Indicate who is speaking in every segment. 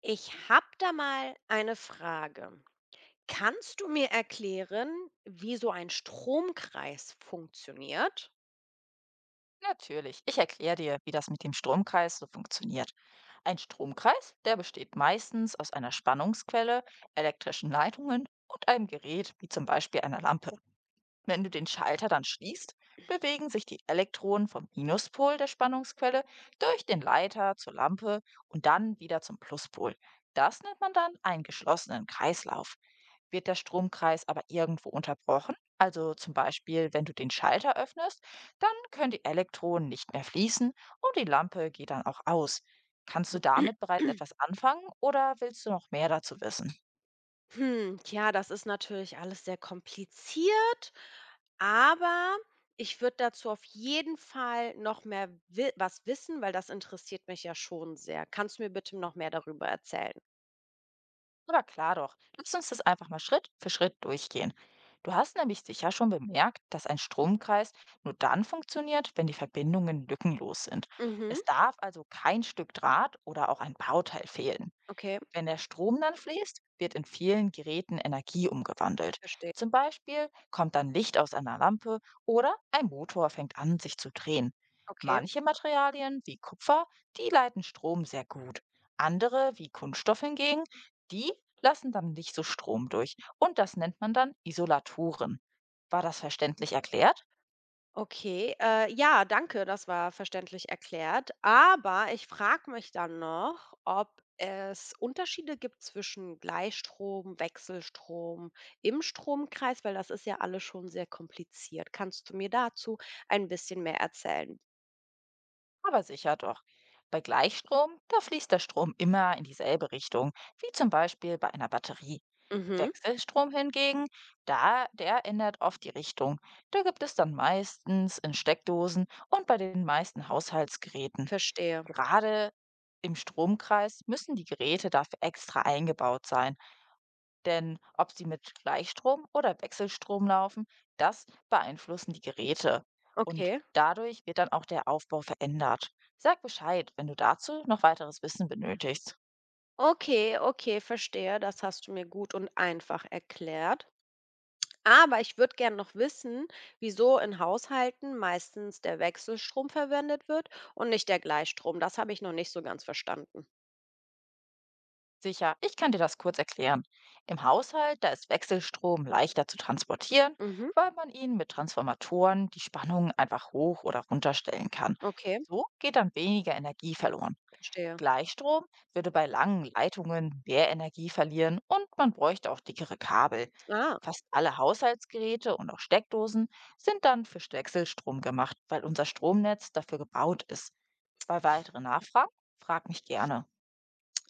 Speaker 1: Ich habe da mal eine Frage. Kannst du mir erklären, wie so ein Stromkreis funktioniert?
Speaker 2: Natürlich, ich erkläre dir, wie das mit dem Stromkreis so funktioniert. Ein Stromkreis, der besteht meistens aus einer Spannungsquelle, elektrischen Leitungen und einem Gerät, wie zum Beispiel einer Lampe. Wenn du den Schalter dann schließt, bewegen sich die Elektronen vom Minuspol der Spannungsquelle durch den Leiter zur Lampe und dann wieder zum Pluspol. Das nennt man dann einen geschlossenen Kreislauf. Wird der Stromkreis aber irgendwo unterbrochen, also zum Beispiel wenn du den Schalter öffnest, dann können die Elektronen nicht mehr fließen und die Lampe geht dann auch aus. Kannst du damit bereits etwas anfangen oder willst du noch mehr dazu wissen?
Speaker 1: Hm, tja, das ist natürlich alles sehr kompliziert, aber ich würde dazu auf jeden Fall noch mehr wi was wissen, weil das interessiert mich ja schon sehr. Kannst du mir bitte noch mehr darüber erzählen?
Speaker 2: Aber klar doch, lass uns das einfach mal Schritt für Schritt durchgehen. Du hast nämlich sicher schon bemerkt, dass ein Stromkreis nur dann funktioniert, wenn die Verbindungen lückenlos sind.
Speaker 1: Mhm,
Speaker 2: Es darf also kein Stück Draht oder auch ein Bauteil fehlen.
Speaker 1: okay,
Speaker 2: Wenn der Strom dann fließt, wird in vielen Geräten Energie umgewandelt.
Speaker 1: verstehe.
Speaker 2: Zum Beispiel kommt dann Licht aus einer Lampe oder ein Motor fängt an, sich zu drehen.
Speaker 1: Okay.
Speaker 2: Manche Materialien wie Kupfer, die leiten Strom sehr gut. Andere wie Kunststoff hingegen, die lassen dann nicht so Strom durch. Und das nennt man dann Isolatoren. War das verständlich erklärt?
Speaker 1: Okay, ja, danke, das war verständlich erklärt. Aber ich frage mich dann noch, ob es Unterschiede gibt zwischen Gleichstrom, Wechselstrom im Stromkreis, weil das ist ja alles schon sehr kompliziert. Kannst du mir dazu ein bisschen mehr erzählen?
Speaker 2: Aber sicher doch. Bei Gleichstrom, da fließt der Strom immer in dieselbe Richtung, wie zum Beispiel bei einer Batterie.
Speaker 1: Mhm,
Speaker 2: Wechselstrom hingegen, da der ändert oft die Richtung. Da gibt es dann meistens in Steckdosen und bei den meisten Haushaltsgeräten.
Speaker 1: verstehe.
Speaker 2: Gerade im Stromkreis müssen die Geräte dafür extra eingebaut sein. Denn ob sie mit Gleichstrom oder Wechselstrom laufen, das beeinflussen die Geräte. Und
Speaker 1: Okay.
Speaker 2: dadurch wird dann auch der Aufbau verändert. Sag Bescheid, wenn du dazu noch weiteres Wissen benötigst.
Speaker 1: Okay, okay, verstehe. Das hast du mir gut und einfach erklärt. Aber ich würde gern noch wissen, wieso in Haushalten meistens der Wechselstrom verwendet wird und nicht der Gleichstrom. Das habe ich noch nicht so ganz verstanden.
Speaker 2: Sicher, ich kann dir das kurz erklären. Im Haushalt, da ist Wechselstrom leichter zu transportieren,
Speaker 1: Mhm.
Speaker 2: weil man ihn mit Transformatoren die Spannung einfach hoch oder runter stellen kann.
Speaker 1: Okay,
Speaker 2: So geht dann weniger Energie verloren.
Speaker 1: verstehe.
Speaker 2: Gleichstrom würde bei langen Leitungen mehr Energie verlieren und man bräuchte auch dickere Kabel.
Speaker 1: Ah.
Speaker 2: Fast alle Haushaltsgeräte und auch Steckdosen sind dann für Wechselstrom gemacht, weil unser Stromnetz dafür gebaut ist. Bei weiteren Nachfragen frag mich gerne.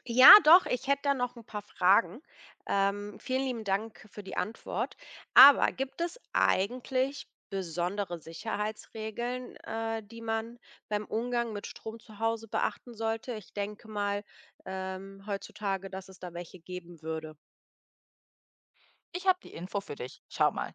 Speaker 1: Ja, doch, ich hätte da noch ein paar Fragen. Vielen lieben Dank für die Antwort. Aber gibt es eigentlich besondere Sicherheitsregeln, die man beim Umgang mit Strom zu Hause beachten sollte? Ich denke mal, heutzutage, dass es da welche geben würde.
Speaker 2: Ich habe die Info für dich. Schau mal.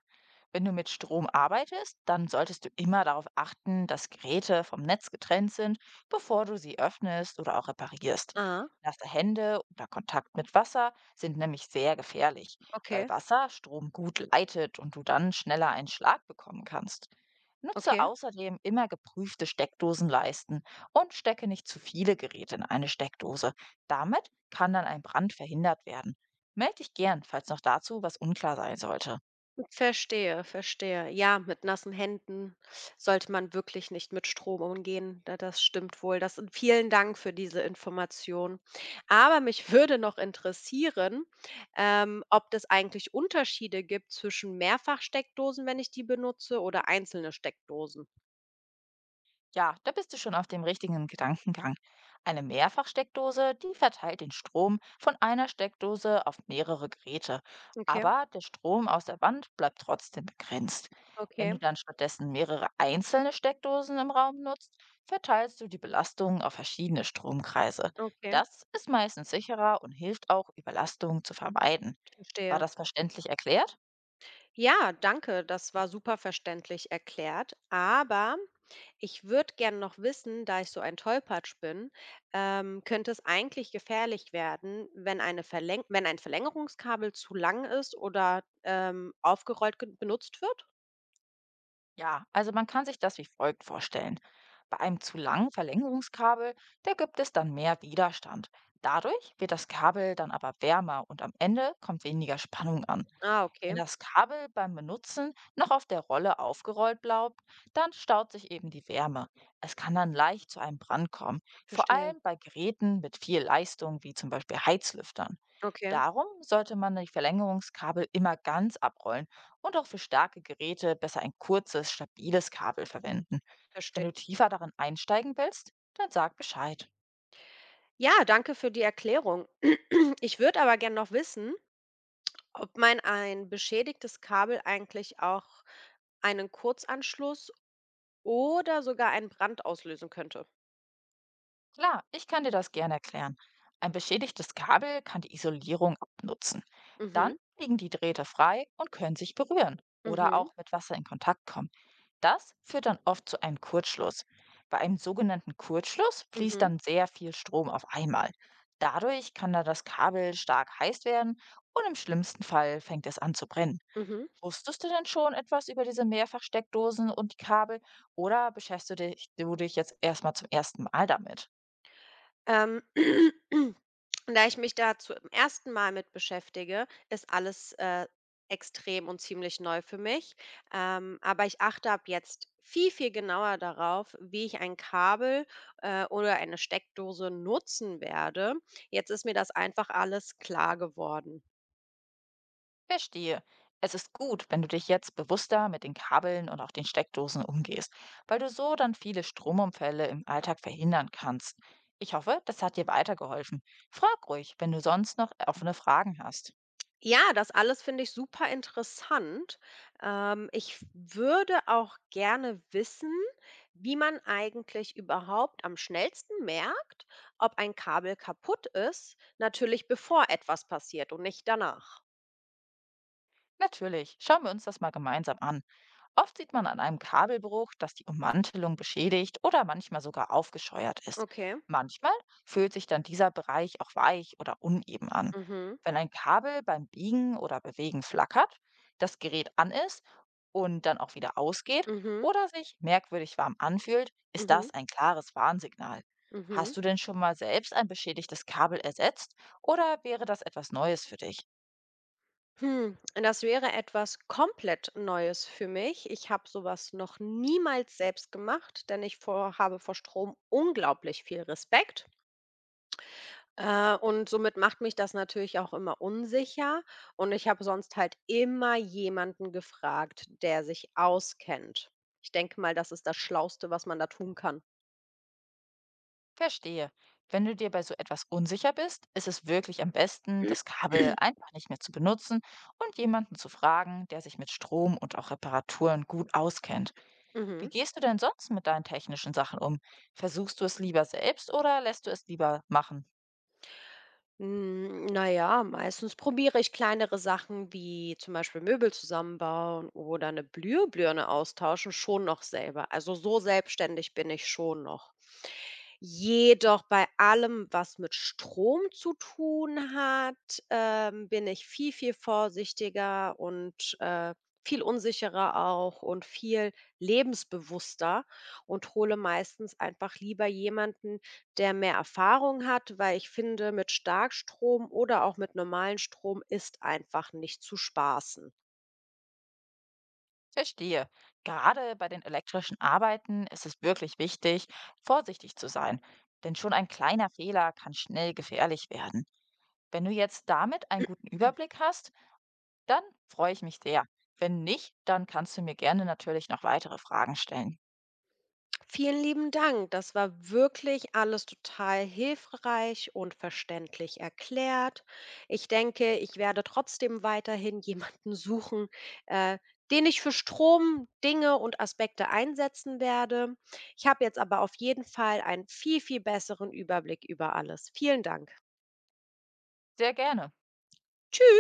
Speaker 2: Wenn du mit Strom arbeitest, dann solltest du immer darauf achten, dass Geräte vom Netz getrennt sind, bevor du sie öffnest oder auch reparierst.
Speaker 1: Ah,
Speaker 2: Nasse Hände oder Kontakt mit Wasser sind nämlich sehr gefährlich, weil
Speaker 1: okay.
Speaker 2: Wasser Strom gut leitet und du dann schneller einen Schlag bekommen kannst. Nutze
Speaker 1: Okay,
Speaker 2: außerdem immer geprüfte Steckdosenleisten und stecke nicht zu viele Geräte in eine Steckdose. Damit kann dann ein Brand verhindert werden. Meld dich gern, falls noch dazu was unklar sein sollte.
Speaker 1: verstehe, verstehe. Ja, mit nassen Händen sollte man wirklich nicht mit Strom umgehen. Das stimmt wohl. Das, vielen Dank für diese Information. Aber mich würde noch interessieren, ob es eigentlich Unterschiede gibt zwischen Mehrfachsteckdosen, wenn ich die benutze, oder einzelne Steckdosen.
Speaker 2: Ja, da bist du schon auf dem richtigen Gedankengang. Eine Mehrfachsteckdose, die verteilt den Strom von einer Steckdose auf mehrere Geräte,
Speaker 1: Okay,
Speaker 2: aber der Strom aus der Wand bleibt trotzdem begrenzt. Wenn
Speaker 1: okay,
Speaker 2: du dann stattdessen mehrere einzelne Steckdosen im Raum nutzt, verteilst du die Belastung auf verschiedene Stromkreise.
Speaker 1: okay,
Speaker 2: Das ist meistens sicherer und hilft auch, Überlastungen zu vermeiden. War
Speaker 1: verstehe.
Speaker 2: das verständlich erklärt?
Speaker 1: Ja, danke, das war super verständlich erklärt. Aber ich würde gerne noch wissen, da ich so ein Tollpatsch bin, könnte es eigentlich gefährlich werden, wenn, eine Verläng wenn ein Verlängerungskabel zu lang ist oder aufgerollt benutzt wird?
Speaker 2: Ja, also man kann sich das wie folgt vorstellen. Bei einem zu langen Verlängerungskabel, da gibt es dann mehr Widerstand. Dadurch wird das Kabel dann aber wärmer und am Ende kommt weniger Spannung an.
Speaker 1: Ah,
Speaker 2: Wenn
Speaker 1: okay,
Speaker 2: das Kabel beim Benutzen noch auf der Rolle aufgerollt bleibt, dann staut sich eben die Wärme. Es kann dann leicht zu einem Brand kommen, vor
Speaker 1: verstehe.
Speaker 2: allem bei Geräten mit viel Leistung, wie zum Beispiel Heizlüftern.
Speaker 1: Okay,
Speaker 2: Darum sollte man die Verlängerungskabel immer ganz abrollen und auch für starke Geräte besser ein kurzes, stabiles Kabel verwenden. Wenn
Speaker 1: verstehe.
Speaker 2: du tiefer darin einsteigen willst, dann sag Bescheid.
Speaker 1: Ja, danke für die Erklärung. Ich würde aber gerne noch wissen, ob man ein beschädigtes Kabel eigentlich auch einen Kurzanschluss oder sogar einen Brand auslösen könnte.
Speaker 2: Klar, ich kann dir das gerne erklären. Ein beschädigtes Kabel kann die Isolierung abnutzen. Dann
Speaker 1: Mhm,
Speaker 2: liegen die Drähte frei und können sich berühren oder
Speaker 1: mhm,
Speaker 2: auch mit Wasser in Kontakt kommen. Das führt dann oft zu einem Kurzschluss. Bei einem sogenannten Kurzschluss fließt
Speaker 1: mhm,
Speaker 2: dann sehr viel Strom auf einmal. Dadurch kann dann das Kabel stark heiß werden und im schlimmsten Fall fängt es an zu brennen.
Speaker 1: mhm.
Speaker 2: Wusstest du denn schon etwas über diese Mehrfachsteckdosen und die Kabel oder beschäftigst du dich jetzt erstmal zum ersten Mal damit?
Speaker 1: Ähm, da ich mich dazu im ersten Mal mit beschäftige, ist alles, extrem und ziemlich neu für mich. Aber ich achte ab jetzt viel, viel genauer darauf, wie ich ein Kabel, oder eine Steckdose nutzen werde. Jetzt ist mir das einfach alles klar geworden.
Speaker 2: Verstehe. Es ist gut, wenn du dich jetzt bewusster mit den Kabeln und auch den Steckdosen umgehst, weil du so dann viele Stromunfälle im Alltag verhindern kannst. Ich hoffe, das hat dir weitergeholfen. Frag ruhig, wenn du sonst noch offene Fragen hast.
Speaker 1: Ja, das alles finde ich super interessant. Ich würde auch gerne wissen, wie man eigentlich überhaupt am schnellsten merkt, ob ein Kabel kaputt ist, natürlich bevor etwas passiert und nicht danach.
Speaker 2: Natürlich, schauen wir uns das mal gemeinsam an. Oft sieht man an einem Kabelbruch, dass die Ummantelung beschädigt oder manchmal sogar aufgescheuert ist.
Speaker 1: Okay.
Speaker 2: Manchmal fühlt sich dann dieser Bereich auch weich oder uneben an.
Speaker 1: Mhm.
Speaker 2: Wenn ein Kabel beim Biegen oder Bewegen flackert, das Gerät an ist und dann auch wieder ausgeht
Speaker 1: Mhm.
Speaker 2: oder sich merkwürdig warm anfühlt, ist
Speaker 1: Mhm.
Speaker 2: das ein klares Warnsignal.
Speaker 1: Mhm.
Speaker 2: Hast du denn schon mal selbst ein beschädigtes Kabel ersetzt oder wäre das etwas Neues für dich?
Speaker 1: Hm, das wäre etwas komplett Neues für mich. Ich habe sowas noch niemals selbst gemacht, denn habe vor Strom unglaublich viel Respekt. Und somit macht mich das natürlich auch immer unsicher und ich habe sonst halt immer jemanden gefragt, der sich auskennt. Ich denke mal, das ist das Schlauste, was man da tun kann.
Speaker 2: Verstehe. Wenn du dir bei so etwas unsicher bist, ist es wirklich am besten, das Kabel einfach nicht mehr zu benutzen und jemanden zu fragen, der sich mit Strom und auch Reparaturen gut auskennt. Wie
Speaker 1: Mhm.
Speaker 2: gehst du denn sonst mit deinen technischen Sachen um? Versuchst du es lieber selbst oder lässt du es lieber machen?
Speaker 1: Hm, na ja, meistens probiere ich kleinere Sachen wie zum Beispiel Möbel zusammenbauen oder eine Blühbirne austauschen schon noch selber. Also, so selbstständig bin ich schon noch. Jedoch bei allem, was mit Strom zu tun hat, bin ich viel, viel vorsichtiger und, viel unsicherer auch und viel lebensbewusster und hole meistens einfach lieber jemanden, der mehr Erfahrung hat, weil ich finde, mit Starkstrom oder auch mit normalem Strom ist einfach nicht zu spaßen.
Speaker 2: Verstehe. Gerade bei den elektrischen Arbeiten ist es wirklich wichtig, vorsichtig zu sein, denn schon ein kleiner Fehler kann schnell gefährlich werden. Wenn du jetzt damit einen guten Überblick hast, dann freue ich mich sehr. Wenn nicht, dann kannst du mir gerne natürlich noch weitere Fragen stellen.
Speaker 1: Vielen lieben Dank. Das war wirklich alles total hilfreich und verständlich erklärt. Ich denke, ich werde trotzdem weiterhin jemanden suchen, äh, den ich für Strom, Dinge und Aspekte einsetzen werde. Ich habe jetzt aber auf jeden Fall einen viel, viel besseren Überblick über alles. Vielen Dank.
Speaker 2: Sehr gerne.
Speaker 1: Tschüss.